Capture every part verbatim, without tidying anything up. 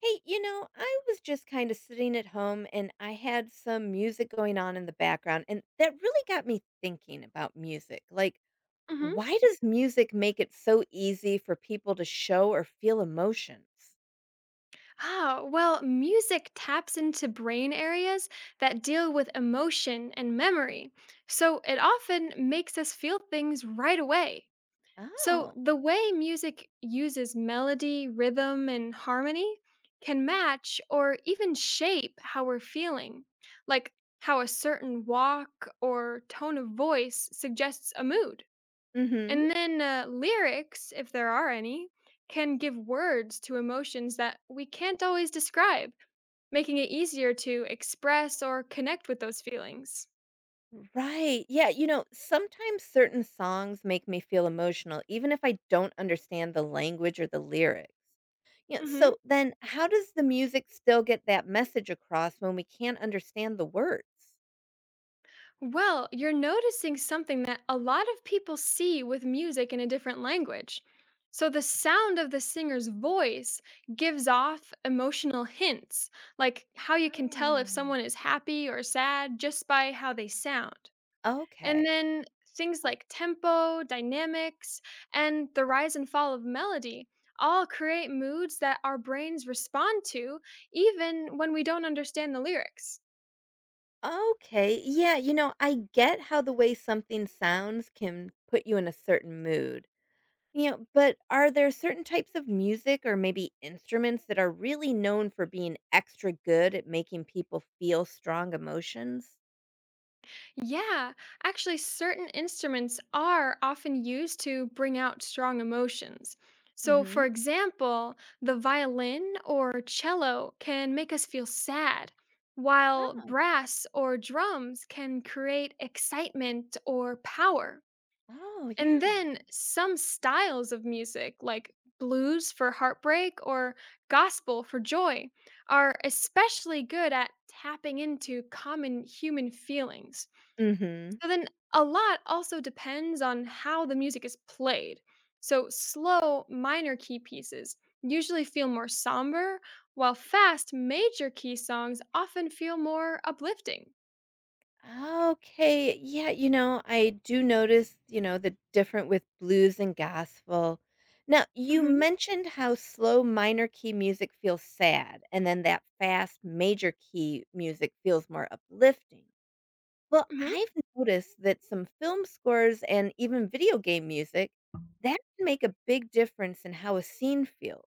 Hey, you know, I was just kind of sitting at home and I had some music going on in the background, and that really got me thinking about music. Like, Hmm. why does music make it so easy for people to show or feel emotions? Ah, well, music taps into brain areas that deal with emotion and memory, so it often makes us feel things right away. So, Oh, the way music uses melody, rhythm, and harmony can match or even shape how we're feeling, like how a certain walk or tone of voice suggests a mood. mm-hmm. And then uh, lyrics, if there are any, can give words to emotions that we can't always describe, making it easier to express or connect with those feelings. Right. Yeah. You know, sometimes certain songs make me feel emotional, even if I don't understand the language or the lyrics. Yeah. Hmm. So then, how does the music still get that message across when we can't understand the words? Well, you're noticing something that a lot of people see with music in a different language. So, the sound of the singer's voice gives off emotional hints, like how you can tell if Oh, someone is happy or sad just by how they sound. And okay. then things like tempo, dynamics, and the rise and fall of melody all create moods that our brains respond to even when we don't understand the lyrics. Okay. Yeah, you know, I get how the way something sounds can put you in a certain mood. You know, but are there certain types of music or maybe instruments that are really known for being extra good at making people feel strong emotions? Yeah, actually, certain instruments are often used to bring out strong emotions. So, Hmm. for example, the violin or cello can make us feel sad, while Oh, brass or drums can create excitement or power. oh And yeah. then some styles of music, like blues for heartbreak or gospel for joy, are especially good at tapping into common human feelings. Mhm. So then a lot also depends on how the music is played. So slow minor key pieces usually feel more somber, while fast major key songs often feel more uplifting. Oh, okay. Yeah, you know, I do notice, you know, the different with blues and gospel. Now, you Mhm. mentioned how slow minor key music feels sad, and then that fast major key music feels more uplifting. Well, Mhm. I've noticed that some film scores and even video game music, that can make a big difference in how a scene feels.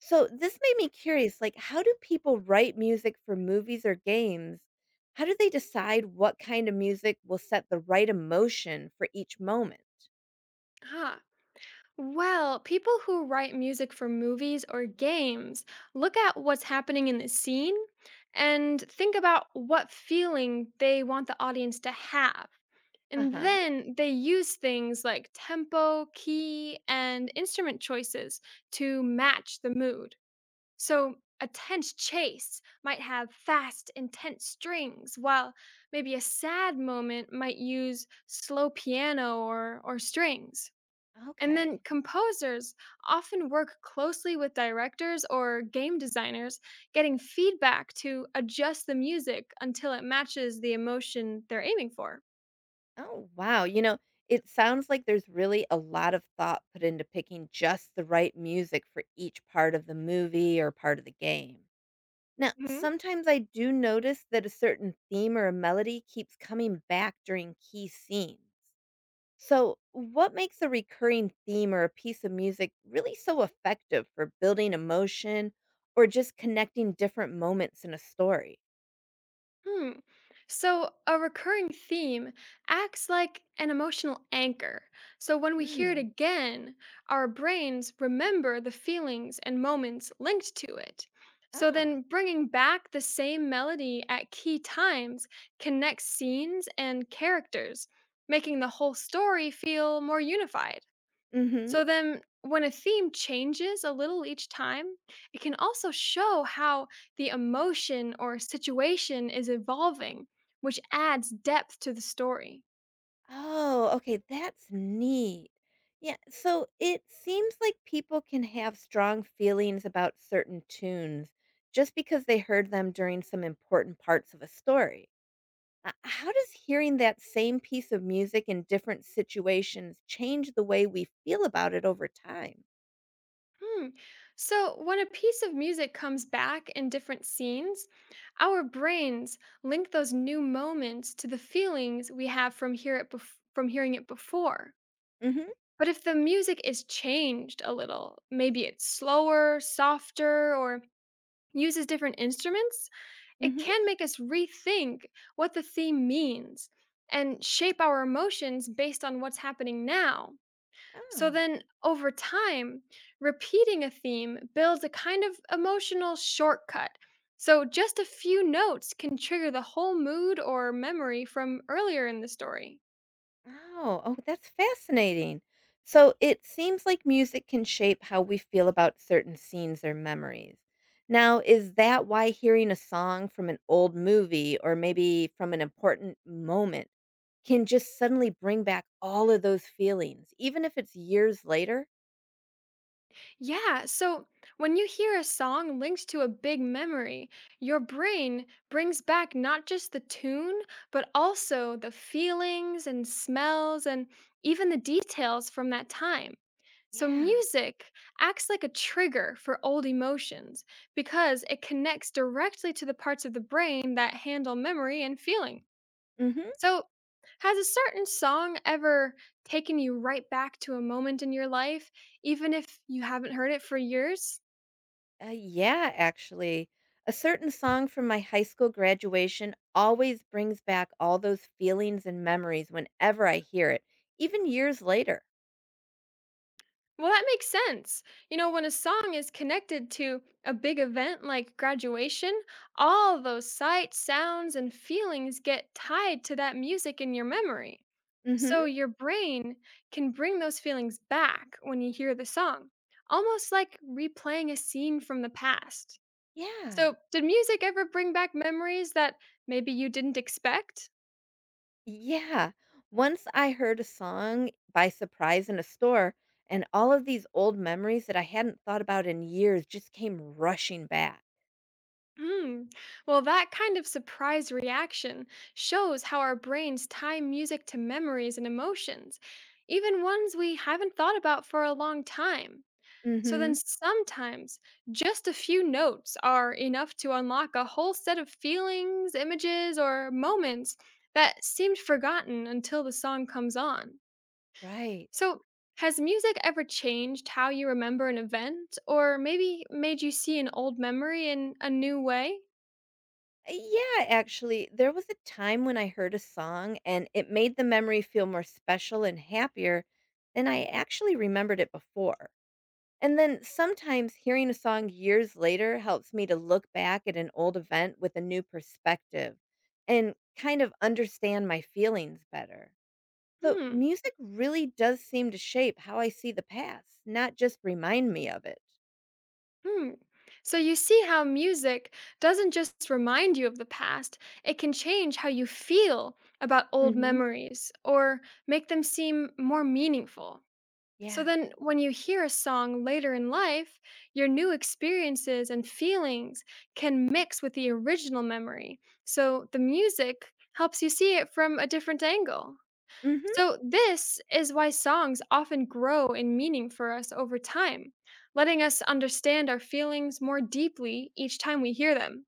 So this made me Ah. curious, like how do people write music for movies or games? How do they decide what kind of music will set the right emotion for each moment? Well, people who write music for movies or games look at what's happening in the scene and think about what feeling they want the audience to have. And Uh-huh. then they use things like tempo, key, and instrument choices to match the mood. So, a tense chase might have fast, intense strings, while maybe a sad moment might use slow piano or, or strings. And then Okay. composers often work closely with directors or game designers, getting feedback to adjust the music until it matches the emotion they're aiming for. Oh, wow. You know, it sounds like there's really a lot of thought put into picking just the right music for each part of the movie or part of the game. Now, Mhm. sometimes I do notice that a certain theme or a melody keeps coming back during key scenes. So, what makes a recurring theme or a piece of music really so effective for building emotion or just connecting different moments in a story? Hmm. So, a recurring theme acts like an emotional anchor. So, when we hear it Mm. again, our brains remember the feelings and moments linked to it. So, Oh. then bringing back the same melody at key times connects scenes and characters, making the whole story feel more unified. Mhm. So then, when a theme changes a little each time, it can also show how the emotion or situation is evolving, which adds depth to the story. Oh, okay, that's neat. Yeah, so it seems like people can have strong feelings about certain tunes just because they heard them during some important parts of a story. Uh, how does hearing that same piece of music in different situations change the way we feel about it over time? Hmm. So, when a piece of music comes back in different scenes, our brains link those new moments to the feelings we have from hear it bef- from hearing it before. Mhm. But if the music is changed a little, maybe it's slower, softer, or uses different instruments, it Mhm. can make us rethink what the theme means and shape our emotions based on what's happening now. So Oh, then, over time, repeating a theme builds a kind of emotional shortcut. So, just a few notes can trigger the whole mood or memory from earlier in the story. oh, oh, that's fascinating. So it seems like music can shape how we feel about certain scenes or memories. Now, is that why hearing a song from an old movie or maybe from an important moment can just suddenly bring back all of those feelings, even if it's years later? Yeah, so when you hear a song linked to a big memory, your brain brings back not just the tune, but also the feelings and smells and even the details from that time. So, Yeah. music acts like a trigger for old emotions because it connects directly to the parts of the brain that handle memory and feeling. So, has a certain song ever taken you right back to a moment in your life, even if you haven't heard it for years? Uh, yeah, actually. A certain song from my high school graduation always brings back all those feelings and memories whenever I hear it, even years later. Well, that makes sense. You know, when a song is connected to a big event like graduation, all those sights, sounds, and feelings get tied to that music in your memory. Mhm. So your brain can bring those feelings back when you hear the song, almost like replaying a scene from the past. Yeah. So, did music ever bring back memories that maybe you didn't expect? Yeah. Once I heard a song by surprise in a store and all of these old memories that I hadn't thought about in years just came rushing back. Hmm. Well, that kind of surprise reaction shows how our brains tie music to memories and emotions, even ones we haven't thought about for a long time. So, then Mhm. sometimes just a few notes are enough to unlock a whole set of feelings, images, or moments that seemed forgotten until the song comes on. Right. So, has music ever changed how you remember an event or maybe made you see an old memory in a new way? Yeah, actually, there was a time when I heard a song and it made the memory feel more special and happier than I actually remembered it before. And then sometimes hearing a song years later helps me to look back at an old event with a new perspective and kind of understand my feelings better. So, Hmm. music really does seem to shape how I see the past, not just remind me of it. Hmm. So, you see how music doesn't just remind you of the past, it can change how you feel about old Mhm. memories or make them seem more meaningful. So Yeah. then, when you hear a song later in life, your new experiences and feelings can mix with the original memory. So the music helps you see it from a different angle. Mhm. So, this is why songs often grow in meaning for us over time, letting us understand our feelings more deeply each time we hear them.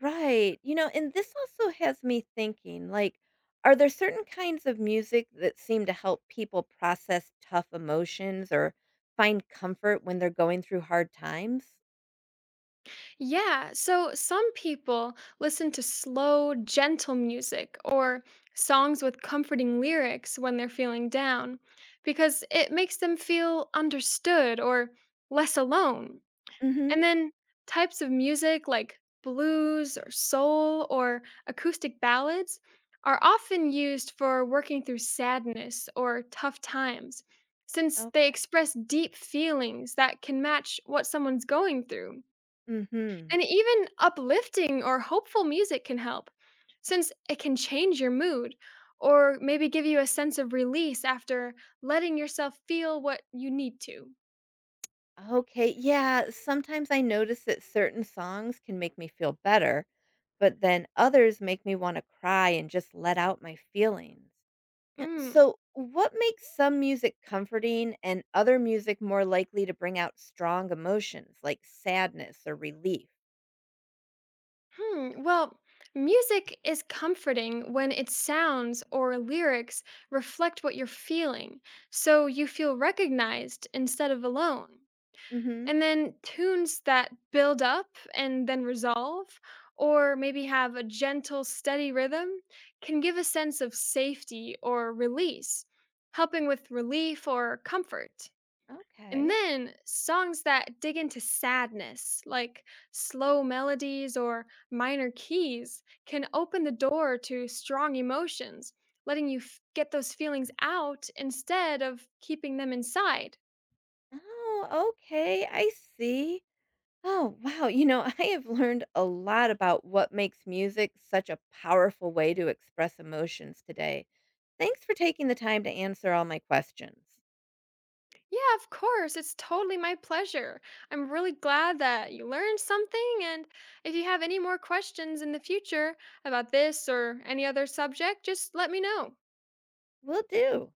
Right. You know, and this also has me thinking, like, are there certain kinds of music that seem to help people process tough emotions or find comfort when they're going through hard times? Yeah, so some people listen to slow, gentle music or songs with comforting lyrics when they're feeling down because it makes them feel understood or less alone. Mhm. And then types of music like blues or soul or acoustic ballads are often used for working through sadness or tough times since they Okay. express deep feelings that can match what someone's going through. Mhm. And even uplifting or hopeful music can help, since it can change your mood or maybe give you a sense of release after letting yourself feel what you need to. Okay. Yeah, sometimes I notice that certain songs can make me feel better, but then others make me want to cry and just let out my feelings. Yeah, Mm, so what makes some music comforting and other music more likely to bring out strong emotions like sadness or relief? hmm. Well, music is comforting when its sounds or lyrics reflect what you're feeling, so you feel recognized instead of alone. Mhm. And then tunes that build up and then resolve, or maybe have a gentle, steady rhythm, can give a sense of safety or release, helping with relief or comfort. And Okay. then songs that dig into sadness, like slow melodies or minor keys, can open the door to strong emotions, letting you f- get those feelings out instead of keeping them inside. Oh, okay. I see. Oh, wow. You know, I have learned a lot about what makes music such a powerful way to express emotions today. Thanks for taking the time to answer all my questions. Yeah, of course. It's totally my pleasure. I'm really glad that you learned something. And if you have any more questions in the future about this or any other subject, just let me know. Will do.